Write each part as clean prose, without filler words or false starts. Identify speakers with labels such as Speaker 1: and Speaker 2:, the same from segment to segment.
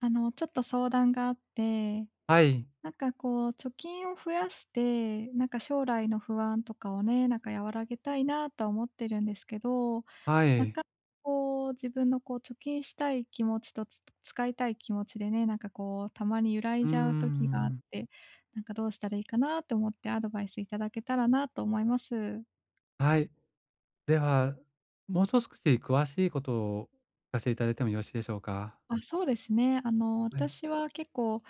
Speaker 1: あの、ちょっと相談があって、
Speaker 2: はい、
Speaker 1: なんかこう、貯金を増やして、なんか将来の不安とかをね、なんか和らげたいなとは思ってるんですけど、
Speaker 2: は
Speaker 1: な
Speaker 2: い。
Speaker 1: かこう、自分のこう、貯金したい気持ちと使いたい気持ちでね、なんかこう、たまに揺ら
Speaker 2: う
Speaker 1: い
Speaker 2: ー
Speaker 1: じゃう時があっ
Speaker 2: ん。
Speaker 1: て、なんかどうしたらいいかなと思ってアドバイスいただけたらなと思います。
Speaker 2: はい。では、もう少し詳しいことを聞かせていただいてもよろしいでしょうか？
Speaker 1: あ、そうですね。あの、
Speaker 2: はい。
Speaker 1: 私は結構、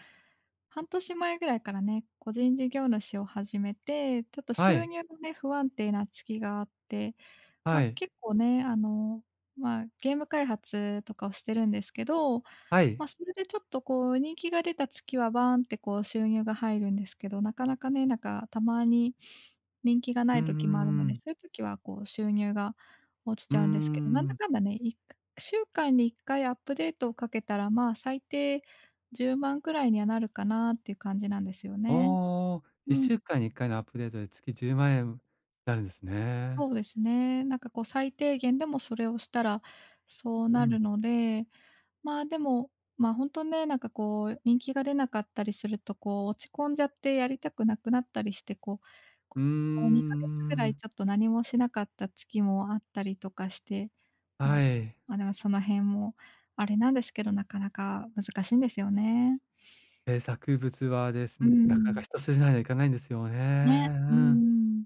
Speaker 1: 半年前ぐらいからね、個人事業主を始めて、ちょっと
Speaker 2: は
Speaker 1: 収
Speaker 2: い、
Speaker 1: 入のね、不安定な月があって、
Speaker 2: は
Speaker 1: ま、
Speaker 2: い、
Speaker 1: 結構ね、あの、ま、ゲーム開発とかをしてるんですけど、
Speaker 2: は
Speaker 1: ま、
Speaker 2: い。
Speaker 1: それでちょっとこう人気が出た月はバーンってこう収入が入るんですけど、なかなかね、なんかたまに人気がな
Speaker 2: うん
Speaker 1: い
Speaker 2: う
Speaker 1: 時もあるので、
Speaker 2: んう
Speaker 1: そういう時はこう収入が落ち
Speaker 2: う
Speaker 1: ち
Speaker 2: ー
Speaker 1: ゃうんですけど、なんだ
Speaker 2: ん。
Speaker 1: かんだね、1週間に1回アップデートをかけたら、まあ、最低10万くらいにはなるかなっていう感じなんですよね。
Speaker 2: おお、
Speaker 1: うん、
Speaker 2: 1週間に1回のアップデートで月10万円になるんです
Speaker 1: そ
Speaker 2: ね。
Speaker 1: うですね。なんかこう最低限でもそれをしたらそう
Speaker 2: う
Speaker 1: な
Speaker 2: ん。
Speaker 1: るので、まあ、でも、まあ、本当ね、なんかこう、人気が出なかったりすると、こう、落ち込んじゃってやりたくなくなったりして、こう、
Speaker 2: うー
Speaker 1: 2ヶ月ぐらい
Speaker 2: ん。
Speaker 1: ちょっと何もしなかった月もあったりとかして、うん、
Speaker 2: はい。
Speaker 1: ま、でもその辺もあれなんですけど、なかなか難しいんですよね。
Speaker 2: 制作物はです
Speaker 1: う
Speaker 2: なかなか
Speaker 1: ん。
Speaker 2: 一筋縄にはいかないんですよね。
Speaker 1: ね、
Speaker 2: う
Speaker 1: う
Speaker 2: ん。
Speaker 1: ん。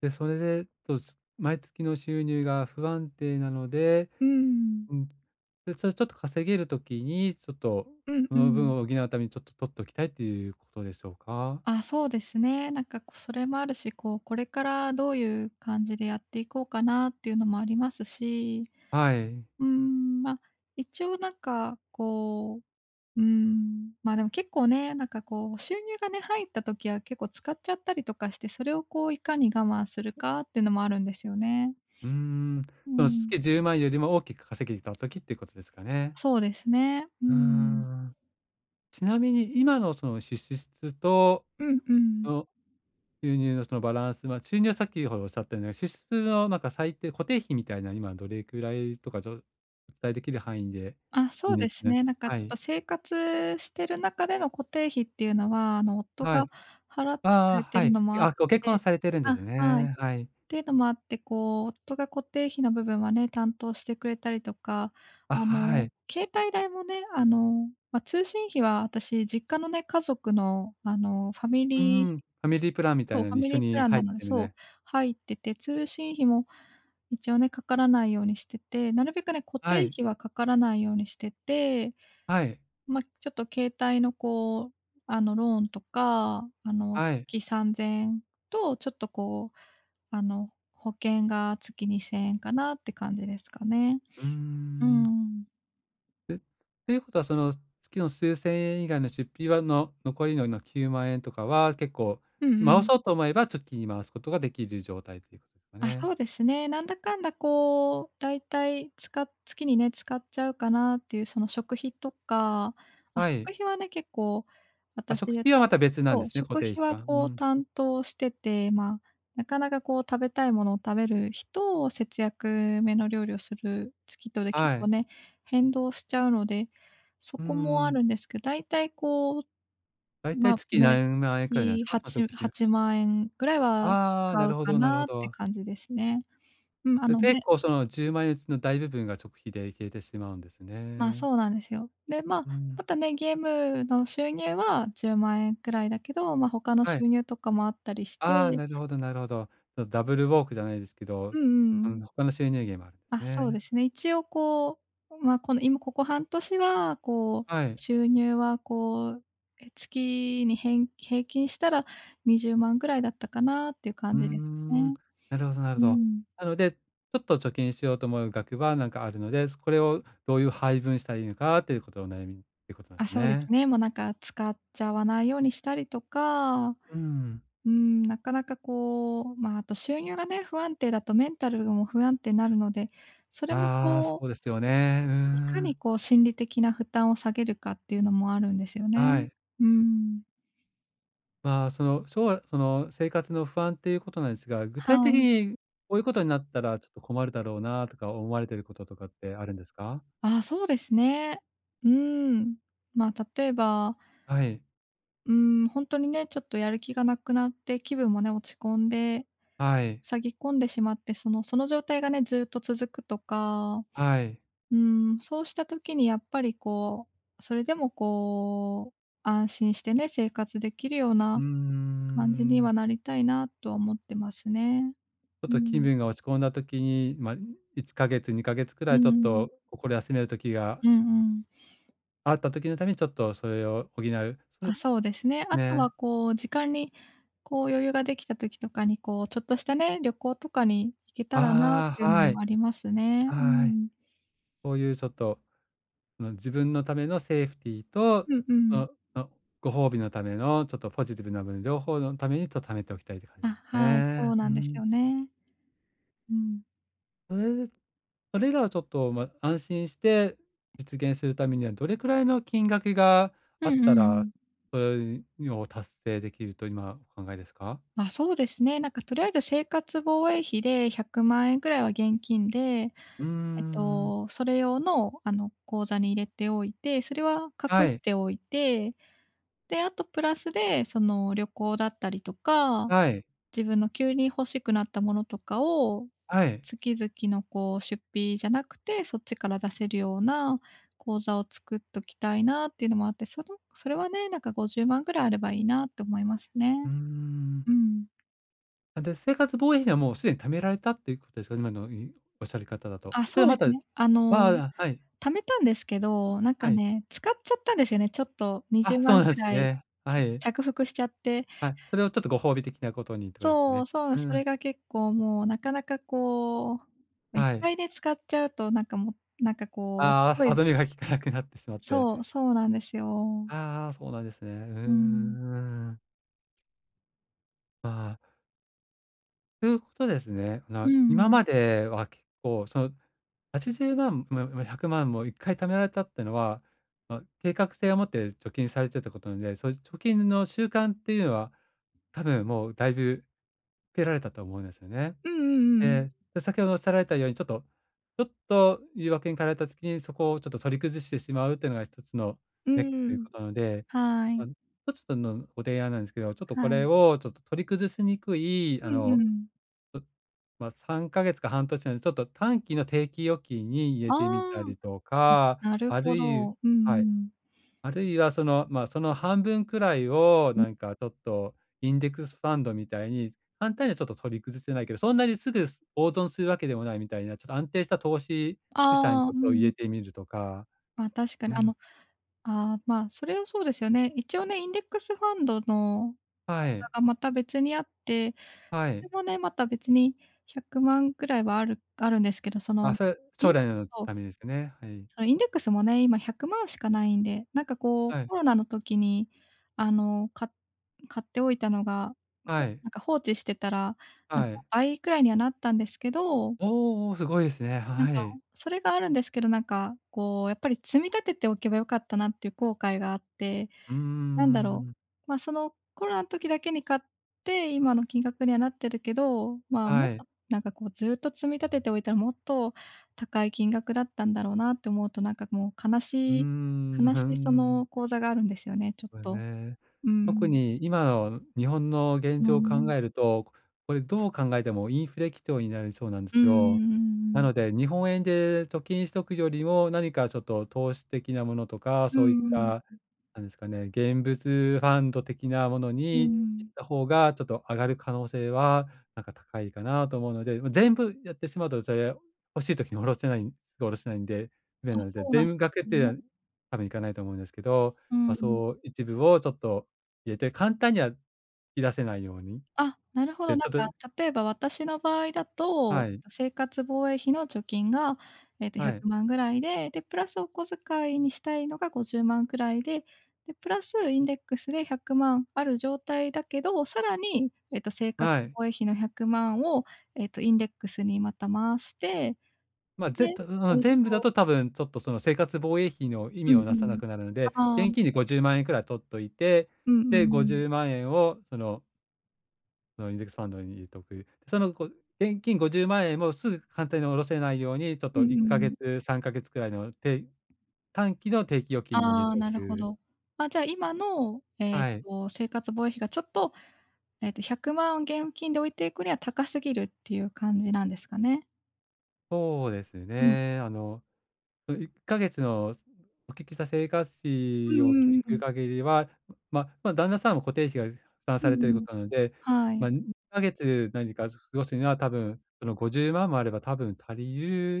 Speaker 2: で、それで、と、す毎月の収入が不安定なので、
Speaker 1: うん。
Speaker 2: うん、で、それちょっと稼げる時に、ちょっと
Speaker 1: うん
Speaker 2: そ
Speaker 1: う
Speaker 2: の分
Speaker 1: ん。
Speaker 2: を補うためにちょっと取っておきたいっていうことでしょうか？
Speaker 1: あ、そうですね。なんかこう、それもあるし、こう、これからどういう感じでやっていこうかなっていうのもありますし
Speaker 2: はい。
Speaker 1: まあ、一応なんかこう、ま、でも結構ね、なんかこう収入がね、入った時は結構使っちゃったりとかして、それをこういかに我慢するかっていうのもあるんですよね。
Speaker 2: うーん。
Speaker 1: う
Speaker 2: その
Speaker 1: ん。
Speaker 2: 月10万よりも大きく稼げた時っていうことですかね。
Speaker 1: そうですね。う
Speaker 2: うー
Speaker 1: ん。
Speaker 2: ん。ちなみに今のその支出と、
Speaker 1: うんうん。
Speaker 2: の収入のそのバランスは、収入はさっきほどおっしゃったような、支出のなんか最低、固定費みたいな、今どれくらいとか、お伝えできる範囲で
Speaker 1: あ、
Speaker 2: い
Speaker 1: そ
Speaker 2: い
Speaker 1: う
Speaker 2: んで
Speaker 1: で
Speaker 2: す
Speaker 1: す
Speaker 2: ね。
Speaker 1: ね。なんかち
Speaker 2: は
Speaker 1: ょっと
Speaker 2: い。
Speaker 1: 生活してる中での固定費っていうのは、あの、夫
Speaker 2: は
Speaker 1: が
Speaker 2: い。
Speaker 1: 払ってく
Speaker 2: ああ、
Speaker 1: れて
Speaker 2: は
Speaker 1: る
Speaker 2: い。
Speaker 1: のもあっ
Speaker 2: あ、ご結婚
Speaker 1: て、
Speaker 2: されてるんです
Speaker 1: あ、はい。
Speaker 2: ね。はい。
Speaker 1: ていうのもあって、こう、夫が固定費の部分はね、担当してくれたりとか、
Speaker 2: あ、
Speaker 1: あ
Speaker 2: は
Speaker 1: の、
Speaker 2: い。
Speaker 1: 携帯代もね、あの、ま、通信費は私、実家のね、家族の、あの、ファミ
Speaker 2: う
Speaker 1: リー
Speaker 2: ん。ファミリープランみたい
Speaker 1: そう、
Speaker 2: な
Speaker 1: フ
Speaker 2: の
Speaker 1: ァ
Speaker 2: に
Speaker 1: ミ
Speaker 2: 一緒
Speaker 1: リープ
Speaker 2: に
Speaker 1: ラン
Speaker 2: 入
Speaker 1: な
Speaker 2: っ
Speaker 1: ので
Speaker 2: てる
Speaker 1: そう、
Speaker 2: ね。
Speaker 1: 入ってて、通信費も一応ね、かからないようにしてて、なるべくね、固定
Speaker 2: はい。
Speaker 1: 費はかからないようにしてて、
Speaker 2: はい。
Speaker 1: ま、ちょっと携帯のこう、あの、ローンとか、あの、
Speaker 2: はい。
Speaker 1: 月3 0と、ちょっとこうあの、保険が月2000円かなって感じですかね。
Speaker 2: うー
Speaker 1: う
Speaker 2: ん。
Speaker 1: ん。
Speaker 2: え、ということは、その、月の数千円以外の出費は残りの9万円とかは、結構、
Speaker 1: うんう
Speaker 2: 回
Speaker 1: ん。
Speaker 2: そうと思えば貯金に回すことができる状態ということですか
Speaker 1: あ、
Speaker 2: ね。
Speaker 1: そうですね。なんだかんだこう、だいたい月にね、使っちゃうかなっていうその食費とか、あ、
Speaker 2: は
Speaker 1: 食
Speaker 2: い。
Speaker 1: 費はね、結構
Speaker 2: あ、
Speaker 1: 私
Speaker 2: 食費はまた別なん
Speaker 1: そ
Speaker 2: で
Speaker 1: う、
Speaker 2: すね、固
Speaker 1: 食
Speaker 2: 定
Speaker 1: 費
Speaker 2: 費と
Speaker 1: は
Speaker 2: は。う
Speaker 1: こう
Speaker 2: ん。
Speaker 1: 担当してて、まあ、なかなかこう食べたいものを食べる日と、節約めの料理をする月とで結
Speaker 2: は
Speaker 1: 構
Speaker 2: い。
Speaker 1: ね、変動しちゃうので、そ
Speaker 2: う
Speaker 1: こもあ
Speaker 2: ん、
Speaker 1: るんですけど、だいたいこう
Speaker 2: だいたい
Speaker 1: ま、ね、
Speaker 2: 月何万円くらいなんで
Speaker 1: 月
Speaker 2: すか？その
Speaker 1: 8、
Speaker 2: 食費は。
Speaker 1: 8万円ぐらいは
Speaker 2: ああ、
Speaker 1: 使
Speaker 2: な
Speaker 1: う
Speaker 2: るほ
Speaker 1: か
Speaker 2: どなる
Speaker 1: な
Speaker 2: ほ
Speaker 1: って
Speaker 2: ど。
Speaker 1: 感じですね。うん、あ
Speaker 2: で、
Speaker 1: の、
Speaker 2: 結構その10万円うちの大部分が食費で消えてしまうんです
Speaker 1: まあ、
Speaker 2: ね。
Speaker 1: そうなんですよ。で、ま
Speaker 2: う
Speaker 1: あ、
Speaker 2: ん。
Speaker 1: またね、ゲームの収入は10万円くらいだけど、まあ、他の
Speaker 2: は
Speaker 1: 収
Speaker 2: い。
Speaker 1: 入とかもあったりして、
Speaker 2: ああ、なるほどなるほど。そのダブルウォークじゃないですけど、
Speaker 1: うんうんう
Speaker 2: あ
Speaker 1: ん。
Speaker 2: の、他の収入源もあるんで
Speaker 1: ま
Speaker 2: す
Speaker 1: あ、そうで
Speaker 2: ね。
Speaker 1: すね。一応こう、まあ、この今ここ半年は、こう、
Speaker 2: はい。
Speaker 1: 収入はこう、月に平均したら20万ぐらいだったかなっていう
Speaker 2: う
Speaker 1: 感
Speaker 2: ー
Speaker 1: じです
Speaker 2: ん、
Speaker 1: ね。
Speaker 2: なるほどなるほ
Speaker 1: う
Speaker 2: ど。
Speaker 1: ん。
Speaker 2: なので、ちょっと貯金しようと思う額はなんかあるので、これをどういう配分したらいいのかっていうことのお悩みってことなんで
Speaker 1: あ、
Speaker 2: す
Speaker 1: そうです
Speaker 2: ね。
Speaker 1: ね。もうなんか使っちゃわないようにしたりとか、
Speaker 2: うん。
Speaker 1: なかなかこう、まあ、あと収入がね、不安定だとメンタルも不安定になるので、それも
Speaker 2: ああ、そ
Speaker 1: こう、
Speaker 2: うですよね。うー
Speaker 1: いかに
Speaker 2: ん。
Speaker 1: こう心理的な負担を下げるかっていうのもあるんですよね。
Speaker 2: はい。
Speaker 1: うん。
Speaker 2: まあ、その、その生活の不安っていうことなんですが、具体
Speaker 1: は
Speaker 2: 的
Speaker 1: い。
Speaker 2: にこういうことになったらちょっと困るだろうなとか思われてることとかってあるんですか？
Speaker 1: あ、そうですね。うーん。まあ、例えば、
Speaker 2: はい、
Speaker 1: うー本当にね、ちょっとやる気がなくなって気分もね、落ち込んで、
Speaker 2: はい。
Speaker 1: 下げ込んでしまって、その状態がね、ずっと続くとか、
Speaker 2: はい。
Speaker 1: うーそうした時にやっぱりこう、それでもこう、安心してね、生活できるよう
Speaker 2: うー
Speaker 1: な感じに
Speaker 2: ん。
Speaker 1: はなりたいなとは思ってますね。
Speaker 2: ちょっ
Speaker 1: う
Speaker 2: と気
Speaker 1: ん。
Speaker 2: 分が落ち込んだ時に、ま、1か月、2か月く
Speaker 1: う
Speaker 2: らいちょっ
Speaker 1: ん。
Speaker 2: と心休める時が
Speaker 1: うんうん。
Speaker 2: あった時のためにちょっとそれを補う。そ
Speaker 1: あ、
Speaker 2: れ
Speaker 1: そうですね。あとは
Speaker 2: ね。
Speaker 1: こう、時間にこう余裕ができた時とかに、こう、ちょっとしたね、旅行とかに行けたらなっ
Speaker 2: あ
Speaker 1: て
Speaker 2: あ、
Speaker 1: いうの
Speaker 2: はい。
Speaker 1: もありますね。う
Speaker 2: はい。
Speaker 1: ん。
Speaker 2: そういうちょっと、その自分のためのセーフティーと、
Speaker 1: うんうん。
Speaker 2: のご褒美のためのちょっとポジティブな部分、両方のためにちょっと貯めておきたいって感じ
Speaker 1: あ、
Speaker 2: なんです
Speaker 1: はい、そ
Speaker 2: ね。
Speaker 1: う
Speaker 2: う
Speaker 1: なんです
Speaker 2: ん。
Speaker 1: よね。うん。
Speaker 2: それそれらをちょっと、ま、安心して実現するためには、どれくらいの金額が
Speaker 1: う
Speaker 2: あっ
Speaker 1: ん
Speaker 2: た
Speaker 1: う
Speaker 2: ら、
Speaker 1: ん。
Speaker 2: それを達成できると今お考えですか？
Speaker 1: まあ、そうですね。なんかとりあえず生活防衛費で100万円ぐらいは現金で、
Speaker 2: うーん。
Speaker 1: それ用の、あの、口座に入れておいて、それは
Speaker 2: は
Speaker 1: 隠し
Speaker 2: い、
Speaker 1: ておいて、で、あとプラスで、その、旅行だったりとか、
Speaker 2: はい、
Speaker 1: 自分の急に欲しくなったものとかを、
Speaker 2: はい。
Speaker 1: 月々のこう出費じゃなくて、そっちから出せるような口座を作っときたいなっていうのもあって、それはね、なんか50万ぐらいあればいいなって思いますね。
Speaker 2: うーん。
Speaker 1: うん。
Speaker 2: あ、で、生活防衛費はもうすでに貯められたっていうことですか？今のおっしゃり方だと。
Speaker 1: あ、
Speaker 2: それ
Speaker 1: そ
Speaker 2: は
Speaker 1: うで
Speaker 2: また
Speaker 1: す
Speaker 2: あ
Speaker 1: ね。あの、
Speaker 2: あ、はい、
Speaker 1: 貯めたんですけど、なん
Speaker 2: は
Speaker 1: か
Speaker 2: い。
Speaker 1: ね、使っちゃったんですよね。ちょっと20
Speaker 2: あ、そう
Speaker 1: 万
Speaker 2: な
Speaker 1: く
Speaker 2: んです
Speaker 1: らい、
Speaker 2: ね。は
Speaker 1: 着
Speaker 2: い、
Speaker 1: 着服しちゃって。
Speaker 2: はい。それをちょっとご褒美的なことにってことですか
Speaker 1: そう、
Speaker 2: ね。
Speaker 1: そう、
Speaker 2: う
Speaker 1: そ
Speaker 2: ん、
Speaker 1: れが結構もうなかなかこう、一
Speaker 2: はい。
Speaker 1: 回ね、使っちゃうとなんかもうなんかこう、
Speaker 2: あ
Speaker 1: す
Speaker 2: あ、
Speaker 1: ご
Speaker 2: 歯
Speaker 1: い
Speaker 2: 止めが効かなくなってしまって。
Speaker 1: そう、そうなんですよ。
Speaker 2: ああ、そうなんですね。う
Speaker 1: う
Speaker 2: ー
Speaker 1: ん。
Speaker 2: ん。まあ、ということですね。あ
Speaker 1: う
Speaker 2: の、今
Speaker 1: ん。
Speaker 2: までは結構、その、80万、ま、100万も1回貯められたってのは、まあ、計画性を持って貯金されてたことなので、そういう貯金の習慣っていうのは、多分もうだいぶつけられたと思うんですよね。
Speaker 1: うんうんうん。
Speaker 2: ええ、で、先ほどおっしゃられたように、ちょっと言い訳に駆られた時に、そこをちょっと取り崩してしまうっていうのが一つの
Speaker 1: う
Speaker 2: ネックという
Speaker 1: ん。
Speaker 2: ことなので、
Speaker 1: は
Speaker 2: まあ
Speaker 1: い。
Speaker 2: の、ちょちょっつのご提案なんですけど、ちょっとこ
Speaker 1: は
Speaker 2: れ
Speaker 1: い。
Speaker 2: をちょっと取り崩しにくい、あ
Speaker 1: うん
Speaker 2: の、
Speaker 1: うん。
Speaker 2: うま、3ヶ月か半年なので、ちょっと短期の定期預金に入れ
Speaker 1: あ
Speaker 2: てみたりとか、
Speaker 1: あ、なる
Speaker 2: あ
Speaker 1: ほ
Speaker 2: るい
Speaker 1: ど。う
Speaker 2: はい。
Speaker 1: ん
Speaker 2: あるいはその、まあ、その半分くらいを
Speaker 1: うん。
Speaker 2: なんかちょっとインデックスファンドみたいに、簡単にはちょっと取り崩せないけど、そんなにすぐ大損するわけでもないみたいな、ちょっと安定した投資資産に
Speaker 1: あ
Speaker 2: ち
Speaker 1: あ、
Speaker 2: ょ
Speaker 1: う
Speaker 2: っと入
Speaker 1: ん。
Speaker 2: れてみるとか。
Speaker 1: ま、確か
Speaker 2: う
Speaker 1: にあの、
Speaker 2: ん。
Speaker 1: ああ、まあ、それはそうですよね。一応ね、インデックスファンドの
Speaker 2: は
Speaker 1: 口
Speaker 2: い、
Speaker 1: 座がまた別にあって、
Speaker 2: は
Speaker 1: そ
Speaker 2: い。
Speaker 1: れもね、また別に100万ぐらいはあるんですけど、その、
Speaker 2: あ、それ、
Speaker 1: イ
Speaker 2: 将
Speaker 1: ン
Speaker 2: 来の
Speaker 1: そう、
Speaker 2: ためですね。はい。
Speaker 1: そのインデックスもね、今100万しかないんで、なんかこう、
Speaker 2: はい、
Speaker 1: コロナの時に、あの、買っておいたのが、
Speaker 2: はい、
Speaker 1: なんか放置してたら、なんか
Speaker 2: はい。
Speaker 1: 倍くらいにはなったんですけど、
Speaker 2: おお、すごいですね。
Speaker 1: なん
Speaker 2: は
Speaker 1: か
Speaker 2: い。
Speaker 1: それがあるんですけど、なんかこう、やっぱり積み立てておけばよかったなっていう後悔があって、
Speaker 2: うー
Speaker 1: なんだろ
Speaker 2: ん。
Speaker 1: う、ま、そのコロナの時だけに買って、今の金額にはなってるけど、まあ、もっ
Speaker 2: はい。
Speaker 1: となんかこうずっと積み立てておいたらもっと高い金額だったんだろうなって思うと、なんかもう悲
Speaker 2: うー
Speaker 1: しい
Speaker 2: ん、
Speaker 1: 悲
Speaker 2: ふー
Speaker 1: しいそ
Speaker 2: ん。
Speaker 1: の口座があるんですよね、ちょっ
Speaker 2: これ
Speaker 1: と。
Speaker 2: ね、
Speaker 1: う
Speaker 2: 特
Speaker 1: ん。
Speaker 2: に今の日本の現
Speaker 1: う
Speaker 2: 状を考
Speaker 1: ん。
Speaker 2: えると、これどう考えてもインフレ基調になりそうなんで
Speaker 1: うんう
Speaker 2: すよ。
Speaker 1: んうんう
Speaker 2: なの
Speaker 1: ん。
Speaker 2: で、日本円で貯金しとくよりも、何かちょっと投資的なものとか、
Speaker 1: う
Speaker 2: そういっ
Speaker 1: ん
Speaker 2: た、
Speaker 1: うん。
Speaker 2: なんですかね、現物ファンド的なもの
Speaker 1: うんう
Speaker 2: に
Speaker 1: ん。
Speaker 2: 行った方が、ちょっと上がる可能性は、なんか高いかなと思うので、ま、全部やってしまうと、それ欲しい時に下ろせないすぐ下ろせないんで、不
Speaker 1: あ、
Speaker 2: 便なの
Speaker 1: そ
Speaker 2: で、
Speaker 1: うなんで
Speaker 2: 全額っ
Speaker 1: す
Speaker 2: ていうの
Speaker 1: ね。
Speaker 2: は多分いかないと思うんですけど、
Speaker 1: う
Speaker 2: まあ、
Speaker 1: ん。
Speaker 2: そう、一部をちょっと入れて、簡単には引き出せないように。
Speaker 1: あ、なるほど。
Speaker 2: で、ち
Speaker 1: なん
Speaker 2: ょっと
Speaker 1: か、例えば私の場合だと、
Speaker 2: はい、
Speaker 1: 生活防衛費の貯金が、
Speaker 2: は
Speaker 1: 100
Speaker 2: い、
Speaker 1: 万ぐらいで、で、プラスお小遣いにしたいのが50万くらいで、で、プラスインデックスで100万ある状態だけど、さらに、生活
Speaker 2: はい。
Speaker 1: 防衛費の100万を、インデックスにまた回して、
Speaker 2: まあ、
Speaker 1: で、
Speaker 2: ぜたん、全部だと多分ちょっとその生活防衛費の意
Speaker 1: う
Speaker 2: 味
Speaker 1: ん
Speaker 2: を
Speaker 1: う
Speaker 2: なさな
Speaker 1: ん。
Speaker 2: くなるので、
Speaker 1: ああ、う
Speaker 2: 現
Speaker 1: ん
Speaker 2: 金で50万円くらい取っといて、
Speaker 1: うんう
Speaker 2: で、
Speaker 1: ん。
Speaker 2: 50万円をそのインデックスファンドに入れとく。その現金50万円もすぐ簡単に下ろせないように、ちょっ
Speaker 1: うん
Speaker 2: と1
Speaker 1: う
Speaker 2: か
Speaker 1: ん。
Speaker 2: 月、3か月くらいの短期の定期預金に入れ
Speaker 1: ああ、
Speaker 2: てお
Speaker 1: なるほ
Speaker 2: く。
Speaker 1: ど。あ、じゃあ今の、
Speaker 2: はい、
Speaker 1: 生活防衛費がちょっと、100万現金で置いていくには高すぎるっていう感じなんですかね？
Speaker 2: そうです
Speaker 1: うん。
Speaker 2: ね。あの1ヶ月のお聞きした生活
Speaker 1: うん
Speaker 2: 費
Speaker 1: うん
Speaker 2: を
Speaker 1: う
Speaker 2: 聞
Speaker 1: んう
Speaker 2: く
Speaker 1: ん。
Speaker 2: 限りは、ま、旦那さんも固定費が負担
Speaker 1: うん
Speaker 2: されてい
Speaker 1: う
Speaker 2: るこ
Speaker 1: ん。
Speaker 2: となので、
Speaker 1: はい。
Speaker 2: ま、2ヶ月何か過ごすには多分、その50万もあれば多分足りる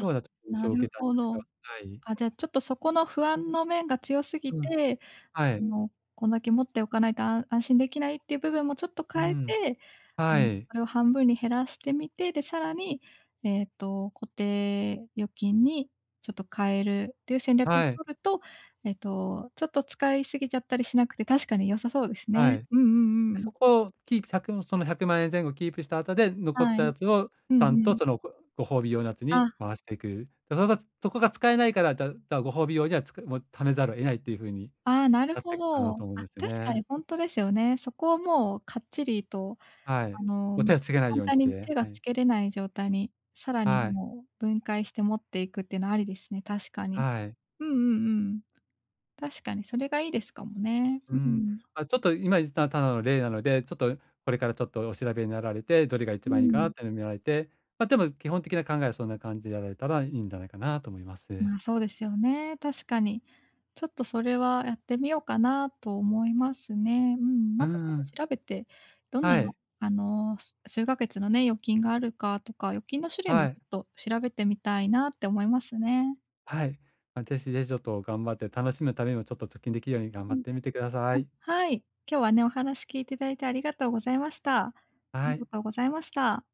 Speaker 2: ようなちょっと印象
Speaker 1: な
Speaker 2: を受
Speaker 1: る
Speaker 2: けたんで
Speaker 1: ほ
Speaker 2: すが、
Speaker 1: ど。
Speaker 2: はい。
Speaker 1: あ、じゃあちょっとそこの不安の面が強すぎ
Speaker 2: うん、
Speaker 1: て、
Speaker 2: は
Speaker 1: あ
Speaker 2: い。
Speaker 1: の、こんだけ持っておかないと安心できないっていう部分もちょっと
Speaker 2: う
Speaker 1: 変え
Speaker 2: ん。
Speaker 1: て、あ
Speaker 2: は
Speaker 1: の、
Speaker 2: い。
Speaker 1: それを半分に減らしてみて、で、さらに、固定預金にちょっと変えるっていう戦略を
Speaker 2: はい。
Speaker 1: 取ると、ちょっと使い過ぎちゃったりしなくて、確かに良さそうです
Speaker 2: は
Speaker 1: ね。
Speaker 2: い。
Speaker 1: うんう
Speaker 2: で、
Speaker 1: んうん。
Speaker 2: そこをキープ100その100万円前後キープした後で、残っ
Speaker 1: は
Speaker 2: た
Speaker 1: い。
Speaker 2: やつをち
Speaker 1: うんう
Speaker 2: ゃんと
Speaker 1: ん。
Speaker 2: そのご褒美用のやつに
Speaker 1: あ、
Speaker 2: 回していく。で、そこが使えないから、じゃあご褒美用にはもう貯めざるを得ないっていう風に
Speaker 1: ああ、なる
Speaker 2: なって
Speaker 1: ほ
Speaker 2: いくかな
Speaker 1: ど。
Speaker 2: と思うん
Speaker 1: あ、
Speaker 2: ですよ
Speaker 1: 確かに
Speaker 2: ね。
Speaker 1: ほんとですよね。そこをもうかっちりと、
Speaker 2: はい。
Speaker 1: あの、
Speaker 2: もう手
Speaker 1: もう
Speaker 2: をつけない
Speaker 1: 簡
Speaker 2: ように
Speaker 1: 単
Speaker 2: し
Speaker 1: に
Speaker 2: て、
Speaker 1: 手が
Speaker 2: はい。
Speaker 1: つけれない状態に、さらに
Speaker 2: はい。
Speaker 1: もう分解して持っていくっていうのはありですね、確かに。
Speaker 2: はい。
Speaker 1: うんうんうん。確かにそれがいいですかもね。う
Speaker 2: うん。
Speaker 1: ん。
Speaker 2: ま、ちょっと今言ったただの例なので、ちょっとこれからちょっとお調べになられて、どれが一
Speaker 1: う
Speaker 2: 番いいかな
Speaker 1: ん。
Speaker 2: っていうの見られて、ま、でも基本的な考えはそんな感じでやられたらいいんじゃないかなと思います。
Speaker 1: まあ、そうですよね、確かに。ちょっとそれはやってみようかなと思いますね。うん、
Speaker 2: う
Speaker 1: ま
Speaker 2: う
Speaker 1: たちょっと
Speaker 2: ん。
Speaker 1: 調べて、どんな
Speaker 2: はい、
Speaker 1: あの、数ヶ月のね、預金があるかとか、預金の種類も
Speaker 2: は
Speaker 1: ちょ
Speaker 2: い。
Speaker 1: っと調べてみたいなって思いますね。
Speaker 2: はい。まあ、ぜひぜひちょっと頑張って、楽しむためにもちょっと貯金できるように頑
Speaker 1: う
Speaker 2: 張っ
Speaker 1: ん。
Speaker 2: てみてください。
Speaker 1: あ、はい。今日はね、お話聞いていただいてありがとうございました。あ
Speaker 2: は
Speaker 1: り
Speaker 2: い。
Speaker 1: がとうございました。